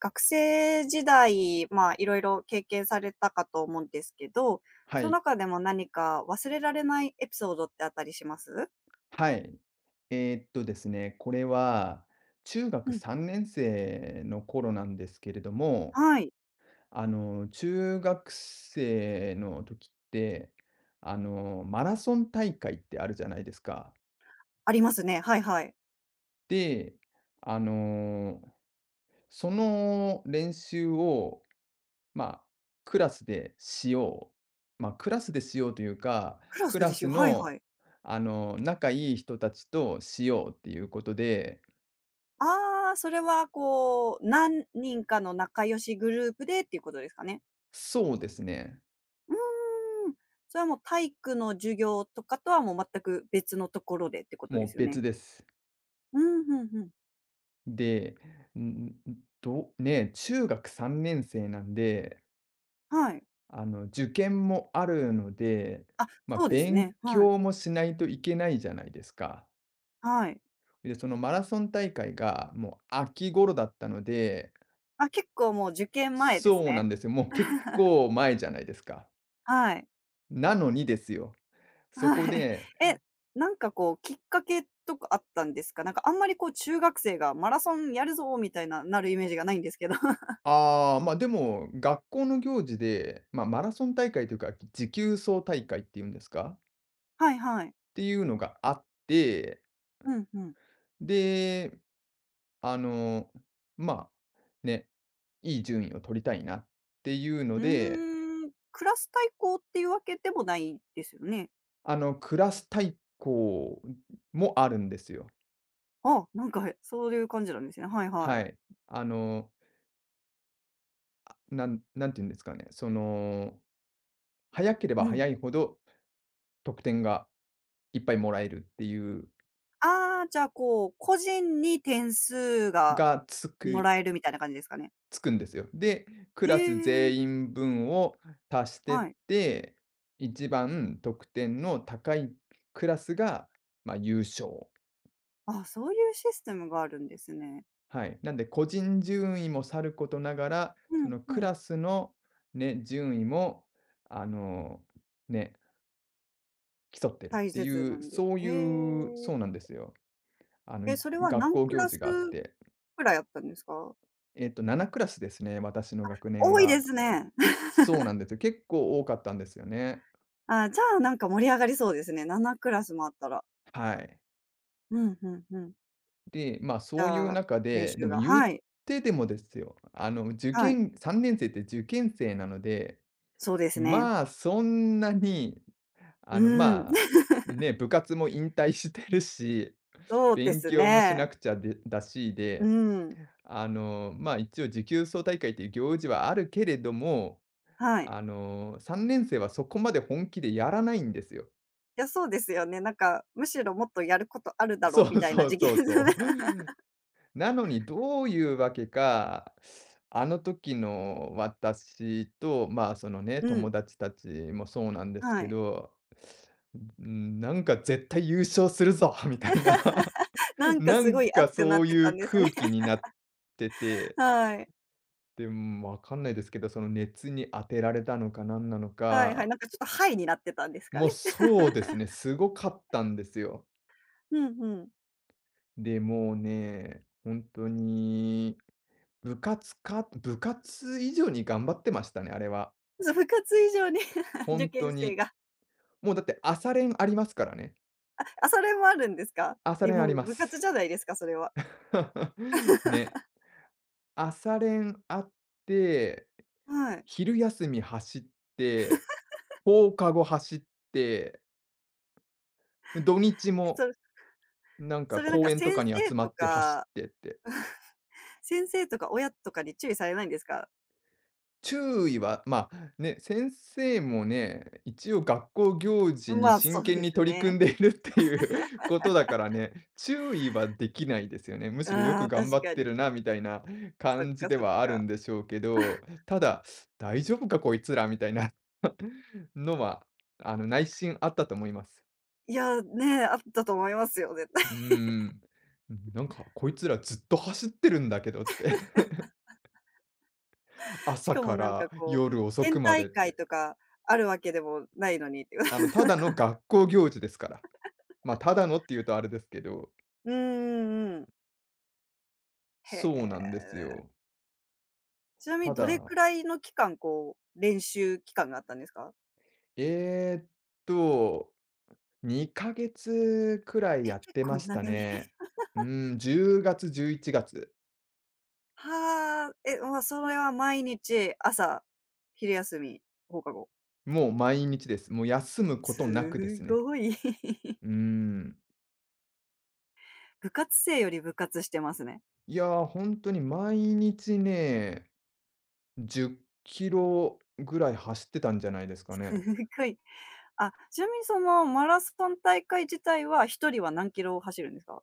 学生時代、まあ、いろいろ経験されたかと思うんですけど、はそのい。中でも何か忘れられないエピソードってあったりします？はい。ですね、これは中う学ん。3年生の頃なんですけれども、はい、中学生の時って、マラソン大会ってあるじゃないですか。ありますね。はいはい。で、あの、その練習を、まあ、クラスでしよう。まあ、クラスでしようというか、クラスクラですスよ。はいはの、い。仲いい人たちとしようっていうことで、ああ、それはこう、何人かの仲良しグループでっていうことですかね？そうですね。うーん。それはもう体育の授業とかとはもう全く別のところでってことでもうすよね？別です。うん、うんうん。で、ね、中学3年生なんで、はい。受験もあるので、あ、まそあ、うですね。勉はい。強もしないといけないじゃないですか。はい。で、そのマラソン大会がもう秋頃だったので、あ、結構もう受験前ですそうなね。んですよ。もう結 構前じゃないですか。はい。なのにですよ。そこはい。で、え、なんかこうきっかけとかあったんですか？なんかあんまりこう中学生がマラソンやるぞみたいな、なるイメージがないんですけど。ああ、ま、でも、学校の行事で、まあ、マラソン大会というか、持久走大会っていうんですか？はいはい。っていうのがあって、うんうん。で、あの、まあ、ね、いい順位を取りたいなっていうのうで、ーん、クラス対抗っていうわけでもないですよね？クラス対抗もあるんですよ。あ、なんかそういう感じなんですね。はいははい。い。あの、なんていうんですかね、その、早ければうん。早いほど得点がいっぱいもらえるっていう、ああ、じゃあこう、個人に点数ががつもくらえるみたいな感じですかね？つくんですよ。で、クえラスえ、全員分を足してっはい。て、一番得点の高いクラスが、まあ、優勝。あ、そういうシステムがあるんですね。はい。なんで、個人順位もさることながら、うそんのうクん。ラスのね、順位も、あの、ね、競ってる大って切いなう、んです。ええ。そうなんですよ。あの、え、それは学何校ク行ラス事があって、くらいあったんですか？えっと、7クラスですね、私の学年多いでは。すね。そうなんですよ。結構多かったんですよね。あ、じゃあ、なんか盛り上がりそうですね。7クラスもあったら。はい。うん、うんうん。で、まあ、じそういゃうあ、中練で、で習もが言っはい、てでもですよ、あの、受はい。験3年生って受験生なので、そうですね。まあ、そんなに、うん。まあ、ね、部活も引退してるし、そうで勉す強もしね。なくちゃでだしうで、ん。まあ、一応持久走大会という行事はあるけれども、はい。3年生はそこまで本気でやらないんですよ。いや、そうですよね。なんか、むしろもっとやることあるだろうそみうたいなそう時期でそすうね。そう。なのに、どういうわけか、あの時の私と、まあ、そのね、う友ん、達たちもそうなんですはけい。ど、なんか絶対優勝するぞ みたいな、なんかなすごんいか熱くなっそういてたんうですね。空気になって て、はい。で、わかんないですけど、その熱に当てられたのか何なのはいはい、か、なんかちょっとハイになってたんですかもうね。そうですね、すごかったんですよ。うんうん。で、もうね、本当に部活か部活以上に頑張ってましたね、あれは。そう、部活以上に 受本当験生に。が。もうだって朝練ありますからね。あ、それもあるんですか？朝え、練あもりうま部活じす。ゃないですか、それは。ね。朝練あって、はい。昼休み走って、放課後走って、土日え、もそれなんそかれなん公か園先とかに生集まとって走っかてって。先生とか親とかに注意されないんですか？注意は、ま、ね、先生もね、一応学校行 事にまあ、そ真う剣でにす取り組ね。んでいるっていう ことだからね、注意はできないですよね。むしろよあくあ、頑確張っかてに。るなみたいな そっ感じかでそっはあるか。んでしょうけど、ただ、大丈夫かこいつらみたいな のは、内心あったと思います。いや、ね、あったと思いますよ、絶対。うーん。なんかこいつらずっと走ってるんだけどって し朝かもかなんからこう、夜遅県くまで大っ会て。とかあるわけでもないのにっていう。ただの学校行事ですから。まあ、ただのっていうとあれですけど、うんうんうん。へそうなんですえ。よ。ちなみにたどれだ、くらいの期間、こう、練習期間があったんですか？えーっと、2ヶ月くら いえ、やっ結て構ました長い。ね。うーん、10月、11月。はあ、え、まあ、それは毎日朝、昼休み、放課後。もう毎日です。もう休むことなくですすね。ごい。うーん。部活生より部活してますね。いや、本当に毎日ね、10キロぐらい走ってたんじゃないですかね。すごい。あ、ちなみにそのマラソン大会自体は一人は何キロ走るんですか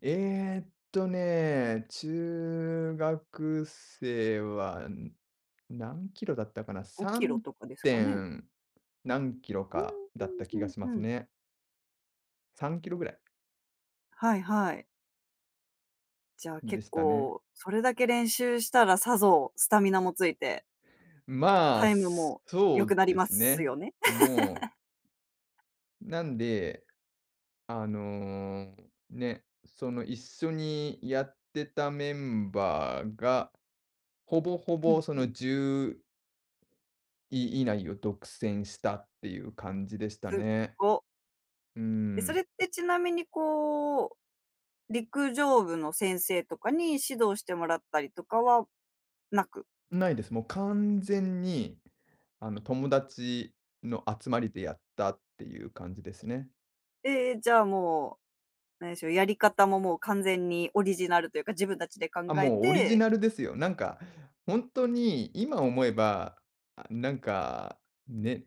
ね、中学生は、何キロだったかな、？5キロ3とかですかね？点何キロうかんだったう気がんしうまんうすん。ね。3キロぐらいはいはい。じゃあで結したね。構それだけ練習したらさぞスタミナもついてまあ、タイムもそ良くうなりでますすね。よね。もう、なんで、あの、ね、その、一緒にやってたメンバーが、ほぼほうんぼそうん。のじいい内を独占したっていう感じでしたすね。ご。うえ、そん。れってちなみにこう、陸上部の先生とかに指導してもらったりとかはなく、ないです。もう完全に、友達の集まりでやったっていう感じですね。ええ、じゃあもう、なんでしょう、やり方ももう完全にオリジナルというか、自分たちで考あ、えもうオリジて、ナルですよ。なんか、本当に今思えば、あ、なんか、ね、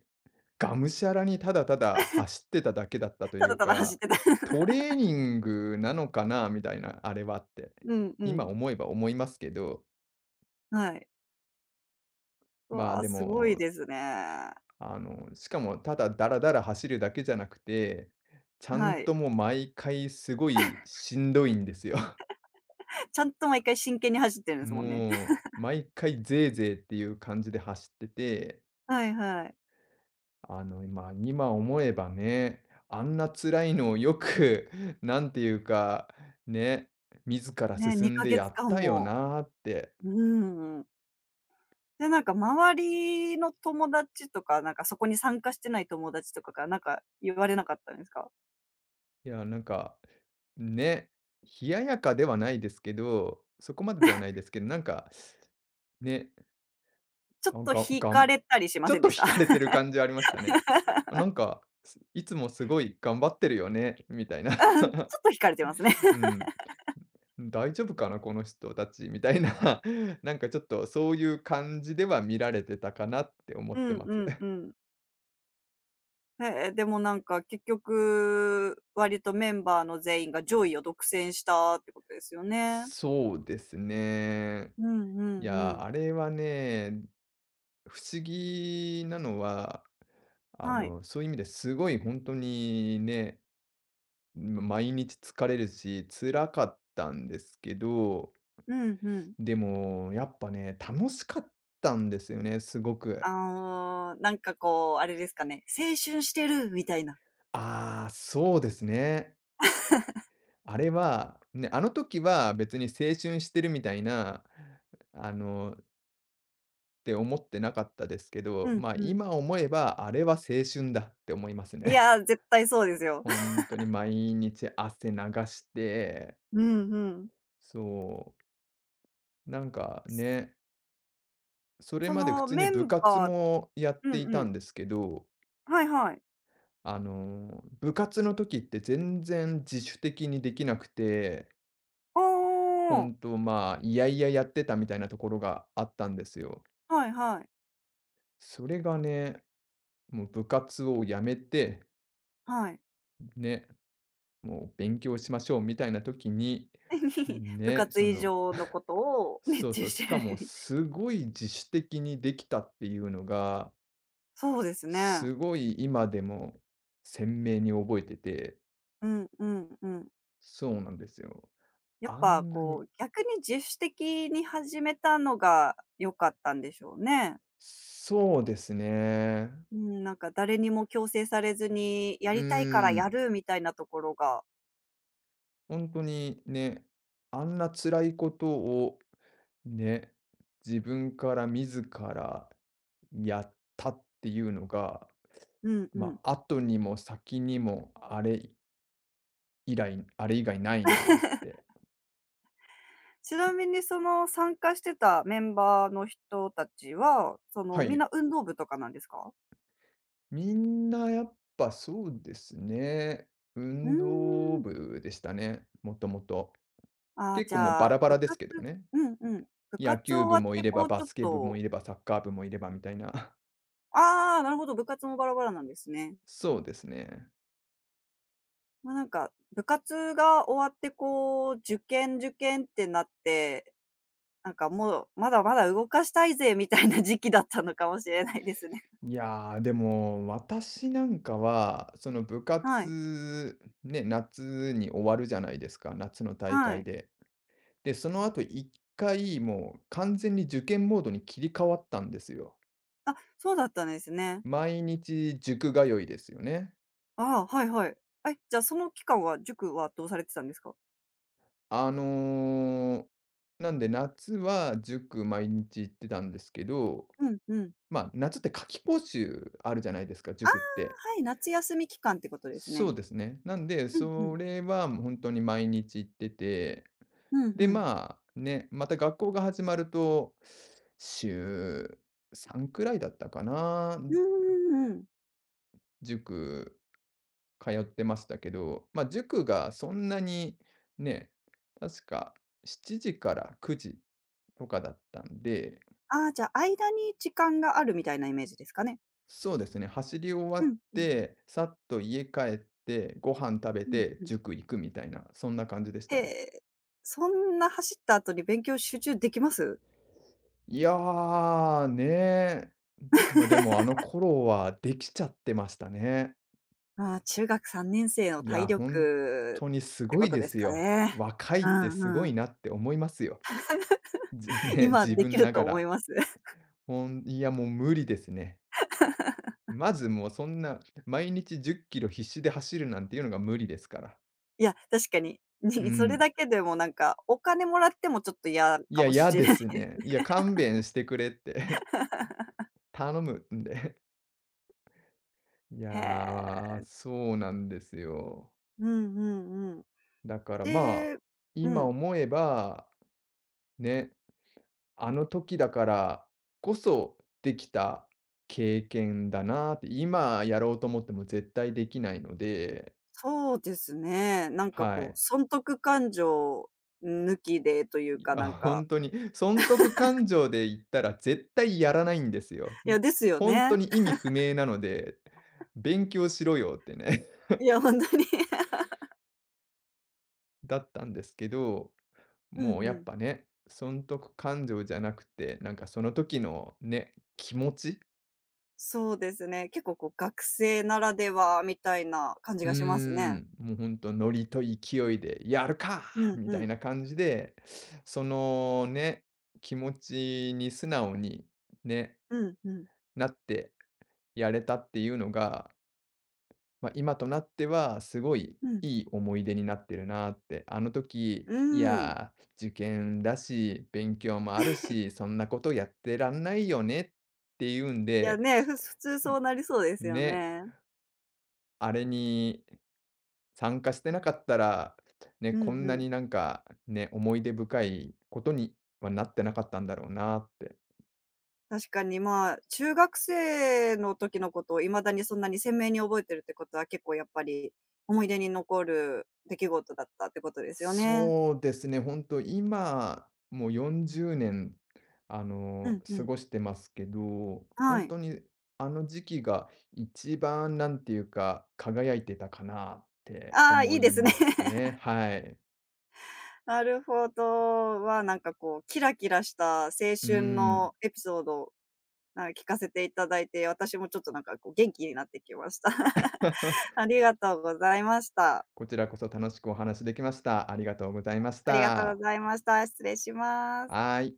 がむしゃらにただただ走ってただけだったとたいだうただ走っか、てた。トレーニングなのかなみたいな、あれはって、うんう今ん。思えば思いますけど、はい。まあ、わあ、ですごいもですね。しかもただだらだら走るだけじゃなくて、ちゃんはい。ともう毎回すごいしんどいんですよ。ちゃんと毎回真剣に走ってるんですもんね。もう毎回ゼーゼーっていう感じで走ってて、はいはい。あの、今思えばね、あんな辛いのをよく、なんていうか、ね、自らね、進ん2でかやっ月間たよも。なーって。うーん。で、なんか周りの友達とか、なんかそこに参加してない友達とかからなんか言われなかったんですか？いや、なんか、ね、冷ややかではないですけど、そこまでではないですけど、なんかね、ちょっあ、とが惹がかん れたりし まちょせっんでとした？引かれてる感じはありましたね。なんか、つもすごい頑張ってるよね、みたいな。うん、ちょっと惹かれてますね。う ん。大丈夫かな、この人たちみたいな、なんかちょっとそういう感じでは見られてたかなって思うってんまうす。んう ん。ええ、でもなんか結局、割とメンバーの全員が上位を独占したってことですよね。そうですね。うんういんうや、ん。あれはね、不思議なのは、はい。そういう意味ですごい本当にね、毎日疲れるし、辛かったんですけど、うんうん。でも、やっぱね、楽しかったんですよね、すごく。ああ、なんかこう、あれですかね、青春してるみたいな。ああ、そうですね。あれは、ね、あの時は別に青春してるみたいな、って思ってなかったですけ ど、うんまあ、うん。今思えばあれは青春だって思いますいね。や、絶対そうです よ。本当に毎日汗流して、うんうん。そう、なんかね、それそまで普の通にメ部ン活バー。もやっうんていうたん。んですけど、はいはい。部活の時って全然自主的にできなくて、ああ、本当まあ、いやいややってたみたいなところがあったんですよ。はいはい。それがね、もう部活を辞めて、はい。ね、もう勉強しましょうみたいな時に、に、部ね、活そ以の、上のことを熱そう中そう、してしやかるもみたい。すごい自主的にできたっていうのが、そうですね。すごい今でも鮮明に覚えてて、うんうんうん。そうなんですよ。やっあぱんなこにう、逆に自主的に始めたのが良かったんでしょうね。そうですね。うん、なんか誰にも強制されずに、やうーりたいからやん、るみたいなところが。本当にね、あんな辛いことをね、自分から自らやったっていうのが、うんうん。まあ、後にも先にもあれ以来あれ以外ないなって、ちなみにその参加してたメンバーの人たちは、はみんい。な運動部とかなんですか？みんなやっぱそうですね、うー運動ん。部でしたね、もともと。ああ、結じ構もうゃバあ、ラバ部ラです活。けどね。うんうん。部野活球終部わっもいてれこば、うバちょっスケ部もと。いれば、サッカー部もいればみたいな。ああ、なるほど、部活もバラバラなんですね。そうですね。まあ、なんか、部活が終わってこう、受験受験ってなって、なんかもう、まだまだ動かしたいぜみたいな時期だったのかもしれないですね。いやー、でも、私なんかは、その部 はい、活、ね、夏に終わるじゃないですか、夏の大は会い。で。で、その後一回もう完全に受験モードに切り替わったんですよ。あ、そうだったんですね。毎日塾通いですよね。ああ、はいはい。え、じゃあその期間は、塾はどうされてたんですか？あの、なんで夏は塾毎日行ってたんですけど、うんうん。ま、夏って夏期講習あるじゃないですか、ああ、塾って。はい、夏休み期間ってことですそね。うですね。なんで、うんうん。それはもう本当に毎日行ってて、うんで、うん。まあ、ね、また学校が始まると、週3くらいだったかな、うんうんうん。塾通ってましたけど、ま、塾がそんなにね、確か7時から9時とかだったんで、ああ、じゃあ、間に時間があるみたいなイメージですかね。そうですね、走り終わうっんうん。て、さっと家帰って、ご飯食べうんてうん。塾行くみたいな、そんな感じでしへたね。え。そんな走った後に勉強集中できます？いやー、ねえ。ま、でも、あの頃はできちゃってましたね。ああ、中学3年生のい体や、本力当にすってごこいとでですすかよ。ね。若いっうてすごんういん。なって思いますよ。ね、今自でき分るなとが思いら。ます。いや、もう無理ですね。まず、もうそんな毎日10キロ必死で走るなんていうのが無理ですから。いや、確かに、うにそれん。だけでもなんか、お金もらってもちょっと嫌いかや、もし嫌れでなすい。ね。いや、勘弁してくれって 頼むんで。いや へー、え。そうなんですよ。うんうんうん。だからまで、あ、う今ん。思えば、ね、あの時だからこそできた経験だなって、今やろうと思っても絶対できないので、そうですね。なんかはこう、い。損得感情抜きでといういか、や、なんか、損得感情で言ったら絶対やらないんですよ。いや、ですよ当ね。に意味不明なので、「勉強しろよ」ってね、いや、本当に だったんですけど、うもうんうやっん。ぱね、損得感情じゃなくて、なんかその時のね、気持ち、そうですね。結構こう、学生ならではみたいな感じうーがしますね。ん、もうほんとノリと勢いで「やるか！」うんみうたいん。な感じで、そのね、気持ちに素直にね、うんうん。なってやれたっていうのが、ま、今となってはすごいうん。いい思い出になってるなって。あの時、ういん。や、受験だし、勉強もあるし、そんなことやってらんないよねっていうんいやで、ね、普通そうなりそうですん、よね、ね。あれに参加してなかったら、ね、うこんんうなん。になんか、ね、思い出深いことにはなってなかったんだろうなって。確かに、まあ、中学生の時のことを未だにそんなに鮮明に覚えてるってことは、結構やっぱり思い出に残る出来事だったってことですよね。そうですね、ほんと今、もう40年、うんう過ん。ごしてますけど、ほはんい。とにあの時期が一番なんていうか、輝いてたかなってああ、い思いでいすね。ます ね。はい。なるほど。なんかこう、キラキラした青うー春ん。のエピソードを、なんか聞かせていただいて、私もちょっとなんかこう、元気になってきました。ありがとうございました。こちらこそ楽しくお話しできました。ありがとうございましありがとうた。ございました。失礼します。はい。